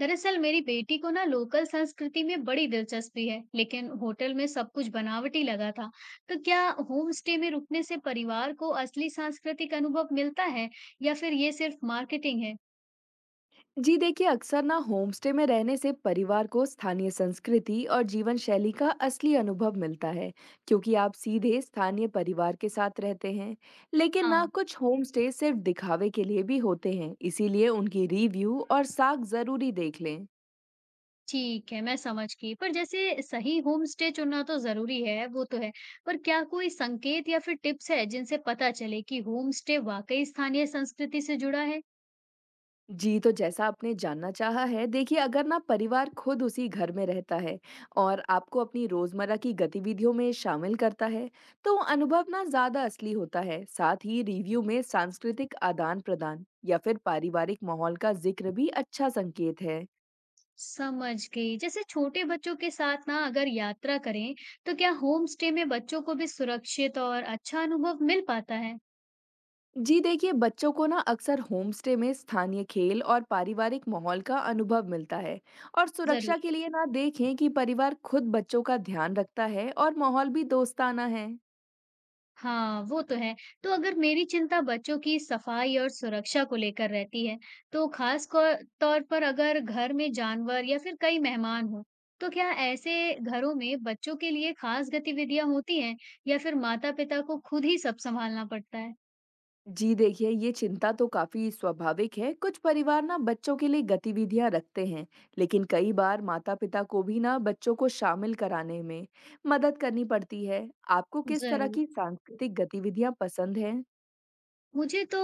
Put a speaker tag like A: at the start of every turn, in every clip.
A: दरअसल मेरी बेटी को ना लोकल संस्कृति में बड़ी दिलचस्पी है लेकिन होटल में सब कुछ बनावटी लगा था। तो क्या होम स्टे में रुकने से परिवार को असली सांस्कृतिक अनुभव मिलता है या फिर ये सिर्फ मार्केटिंग है?
B: जी देखिए, अक्सर ना होमस्टे में रहने से परिवार को स्थानीय संस्कृति और जीवन शैली का असली अनुभव मिलता है। क्योंकि आप सीधे स्थानीय परिवार के साथ रहते हैं। लेकिन ना
A: हाँ,
B: कुछ होमस्टे सिर्फ दिखावे के लिए भी होते हैं, इसीलिए उनकी रिव्यू और साख जरूरी देख लें।
A: ठीक है, मैं समझ गई। पर जैसे सही होम स्टे चुनना तो जरूरी है, वो तो है। पर क्या कोई संकेत या फिर टिप्स है जिनसे पता चले कि होम स्टे वाकई स्थानीय संस्कृति से जुड़ा है?
B: जी, तो जैसा आपने जानना चाहा है, देखिए अगर ना परिवार खुद उसी घर में रहता है और आपको अपनी रोज़मर्रा की गतिविधियों में शामिल करता है, तो अनुभव ना ज़्यादा असली होता है। साथ ही रिव्यू में सांस्कृतिक आदान-प्रदान या फिर पारिवारिक माहौल का जिक्र भी अच्छा संकेत है।
A: समझ गई। जैसे छोटे बच्चों के साथ ना अगर यात्रा करें, तो क्या होम स्टे में बच्चों को भी सुरक्षित और अच्छा अनुभव मिल पाता है?
B: जी देखिए, बच्चों को ना अक्सर होम स्टे में स्थानीय खेल और पारिवारिक माहौल का अनुभव मिलता है। और
A: ज़रूर।
B: सुरक्षा के लिए ना देखें कि परिवार खुद बच्चों का ध्यान रखता है और माहौल भी दोस्ताना है।
A: हाँ, वो तो है। तो अगर मेरी चिंता बच्चों की सफाई और सुरक्षा को लेकर रहती है, तो खास तौर पर अगर घर में जानवर या फिर कई मेहमान हो, तो क्या ऐसे घरों में बच्चों के लिए खास गतिविधियां होती हैं या फिर माता-पिता को खुद ही सब संभालना पड़ता है?
B: जी देखिए, ये चिंता तो काफी स्वाभाविक है। कुछ परिवार ना बच्चों के लिए गतिविधियां रखते हैं, लेकिन कई बार माता पिता को भी ना बच्चों को शामिल कराने में मदद करनी पड़ती है। आपको किस तरह
A: ज़रूर।
B: की सांस्कृतिक गतिविधियां पसंद हैं?
A: मुझे तो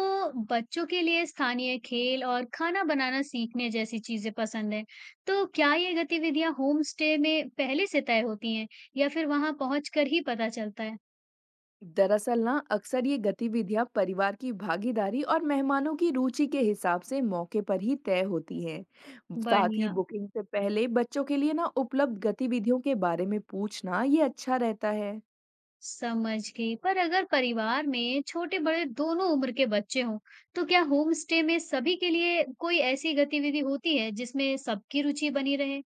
A: बच्चों के लिए स्थानीय खेल और खाना बनाना सीखने जैसी चीजें पसंद है। तो क्या ये गतिविधियां होम स्टे में पहले से तय होती हैं या फिर वहां पहुंचकर ही पता चलता है?
B: दरअसल ना अक्सर ये गतिविधियां परिवार की भागीदारी और मेहमानों की रुचि के हिसाब से मौके पर ही तय होती हैं। साथ ही
A: बढ़िया।
B: बुकिंग से पहले बच्चों के लिए ना उपलब्ध गतिविधियों के बारे में पूछना ये अच्छा रहता है।
A: समझ गई। पर अगर परिवार में छोटे बड़े दोनों उम्र के बच्चे हों, तो क्या होम स्टे में सभी के लिए कोई ऐसी गतिविधि होती है जिसमें सबकी रुचि बनी रहे?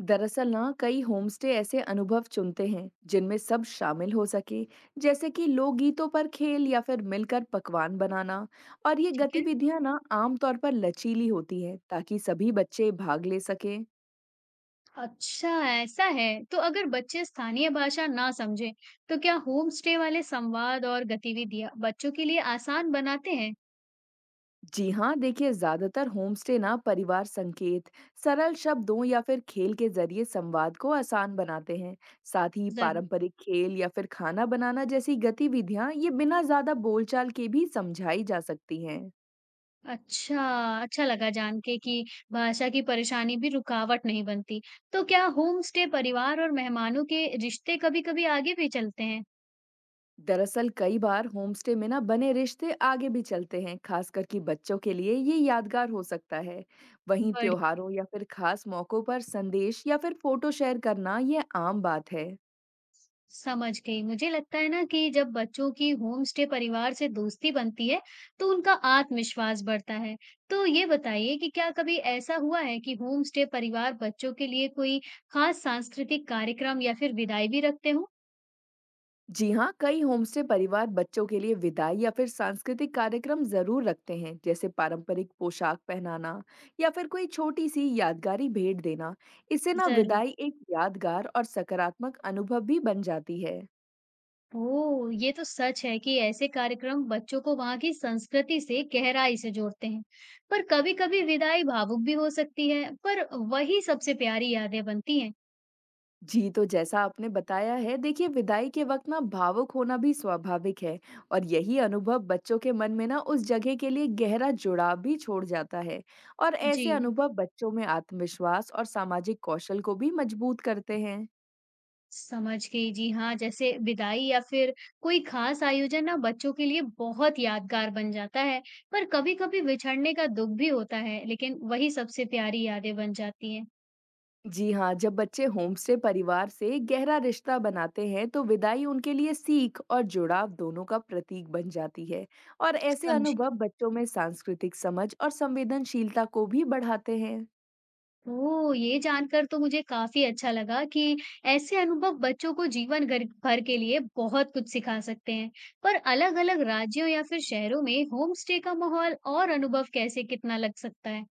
B: दरअसल ना कई होमस्टे ऐसे अनुभव चुनते हैं जिनमें सब शामिल हो सके, जैसे कि लोकगीतों पर खेल या फिर मिलकर पकवान बनाना। और ये
A: ठीक है।
B: गतिविधियां ना आमतौर पर लचीली होती हैं, ताकि सभी बच्चे भाग ले सकें।
A: अच्छा, ऐसा है। तो अगर बच्चे स्थानीय भाषा ना समझें, तो क्या होम स्टे वाले संवाद और गतिविधियाँ बच्चों के लिए आसान बनाते हैं?
B: जी हाँ, देखिए ज्यादातर होमस्टे ना परिवार संकेत, सरल शब्दों या फिर खेल के जरिए संवाद को आसान बनाते हैं। साथ ही
A: ज़रूर।
B: पारंपरिक खेल या फिर खाना बनाना जैसी गतिविधियां ये बिना ज्यादा बोलचाल के भी समझाई जा सकती हैं।
A: अच्छा, अच्छा लगा जान के कि भाषा की परेशानी भी रुकावट नहीं बनती। तो क्या होम स्टे परिवार और मेहमानों के रिश्ते कभी-कभी आगे भी चलते हैं?
B: दरअसल कई बार होमस्टे में ना बने रिश्ते आगे भी चलते हैं, खासकर कि बच्चों के लिए ये यादगार हो सकता है। वहीं
A: बढ़िया।
B: त्योहारों या फिर खास मौकों पर संदेश या फिर फोटो शेयर करना ये आम बात है।
A: समझ गई। मुझे लगता है ना कि जब बच्चों की होम स्टे परिवार से दोस्ती बनती है, तो उनका आत्मविश्वास बढ़ता है। तो ये बताइए कि क्या कभी ऐसा हुआ है कि होम स्टे परिवार बच्चों के लिए कोई खास सांस्कृतिक कार्यक्रम या फिर विदाई भी रखते हो?
B: जी हाँ, कई होमस्टे परिवार बच्चों के लिए विदाई या फिर सांस्कृतिक कार्यक्रम जरूर रखते हैं, जैसे पारंपरिक पोशाक पहनाना या फिर कोई छोटी सी यादगारी भेंट देना। इससे ना
A: ज़रूर।
B: विदाई एक यादगार और सकारात्मक अनुभव भी बन जाती है।
A: ओह! ये तो सच है कि ऐसे कार्यक्रम बच्चों को वहाँ की संस्कृति से गहराई से जोड़ते हैं। पर कभी-कभी विदाई भावुक भी हो सकती है, पर वही सबसे प्यारी यादें बनती हैं।
B: जी, तो जैसा आपने बताया है, देखिए विदाई के वक़्त ना भावुक होना भी स्वाभाविक है। और यही अनुभव बच्चों के मन में ना उस जगह के लिए गहरा जुड़ाव भी छोड़ जाता है। और
A: जी।
B: ऐसे अनुभव बच्चों में आत्मविश्वास और सामाजिक कौशल को भी मजबूत करते हैं।
A: समझ गई, जी हाँ, जैसे विदाई या फिर कोई ख़ास आयोजन ना बच्चों के लिए बहुत यादगार बन जाता है, पर कभी-कभी बिछड़ने का दुःख भी होता है, लेकिन वही सबसे प्यारी यादें बन जाती हैं।
B: जी हाँ, जब बच्चे होमस्टे परिवार से गहरा रिश्ता बनाते हैं, तो विदाई उनके लिए सीख और जुड़ाव दोनों का प्रतीक बन जाती है। और ऐसे
A: समझी।
B: अनुभव बच्चों में सांस्कृतिक समझ और संवेदनशीलता को भी बढ़ाते हैं।
A: ओह! ये जानकर तो मुझे काफ़ी अच्छा लगा कि ऐसे अनुभव बच्चों को जीवन घर भर के लिए बहुत कुछ सिखा सकते हैं। पर अलग-अलग राज्यों या फिर शहरों में होम स्टे का माहौल और अनुभव कैसे कितना लग सकता है?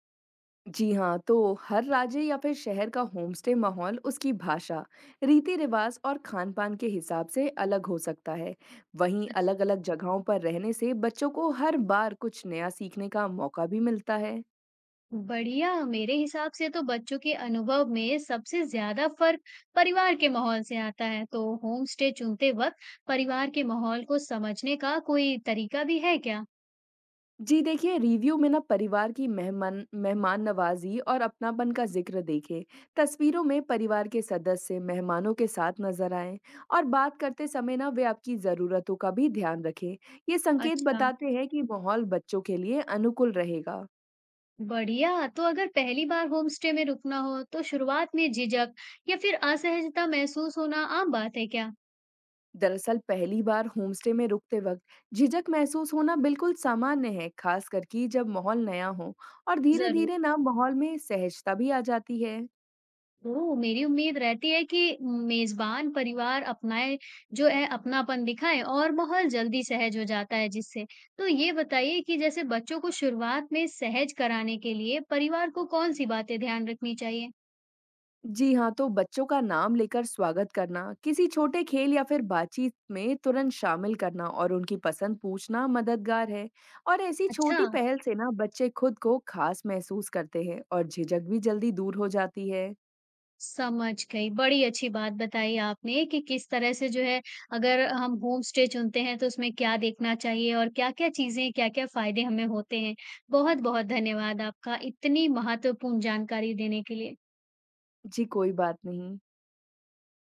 B: जी हाँ, तो हर राज्य या फिर शहर का होमस्टे माहौल उसकी भाषा, रीति रिवाज और खान पान के हिसाब से अलग हो सकता है। वहीं
A: अच्छा।
B: अलग अलग जगहों पर रहने से बच्चों को हर बार कुछ नया सीखने का मौका भी मिलता है।
A: बढ़िया, मेरे हिसाब से तो बच्चों के अनुभव में सबसे ज्यादा फर्क परिवार के माहौल से आता है। तो होम स्टे चुनते वक्त परिवार के माहौल को समझने का कोई तरीका भी है क्या?
B: जी देखिए, रिव्यू में ना परिवार की मेहमान मेहमान नवाज़ी और अपनापन का ज़िक्र देखें। तस्वीरों में परिवार के सदस्य मेहमानों के साथ नज़र आएँ और बात करते समय ना वे आपकी ज़रूरतों का भी ध्यान रखें। ये संकेत
A: अच्छा।
B: बताते हैं कि माहौल बच्चों के लिए अनुकूल रहेगा।
A: बढ़िया, तो अगर पहली बार होम स्टे में रुकना हो तो शुरुआत में झिझक या फिर असहजता महसूस होना आम बात है क्या?
B: दरअसल पहली बार होमस्टे में रुकते वक्त झिझक महसूस होना बिल्कुल सामान्य है, खास करके जब माहौल नया हो। और
A: जरूर।
B: धीरे-धीरे ना माहौल में सहजता भी आ जाती है।
A: ओह! मेरी उम्मीद रहती है कि मेज़बान परिवार अपनाए, जो है अपनापन दिखाए और माहौल जल्दी सहज हो जाता है जिससे। तो ये बताइए कि जैसे बच्चों को शुरुआत में सहज कराने के लिए परिवार को कौन-सी बातें ध्यान रखनी चाहिए?
B: जी हाँ, तो बच्चों का नाम लेकर स्वागत करना, किसी छोटे खेल या फिर बातचीत में तुरंत शामिल करना और उनकी पसंद पूछना मददगार है। और ऐसी
A: अच्छा,
B: छोटी पहल से ना बच्चे खुद को खास महसूस करते हैं और झिझक भी जल्दी दूर हो जाती है।
A: समझ गई। बड़ी अच्छी बात बताई आपने कि किस तरह से जो है अगर हम होम स्टे चुनते हैं तो उसमें क्या देखना चाहिए और क्या-क्या चीज़ें, क्या-क्या फ़ायदे हमें होते हैं। बहुत-बहुत धन्यवाद आपका इतनी महत्वपूर्ण जानकारी देने के लिए।
B: जी, कोई बात नहीं।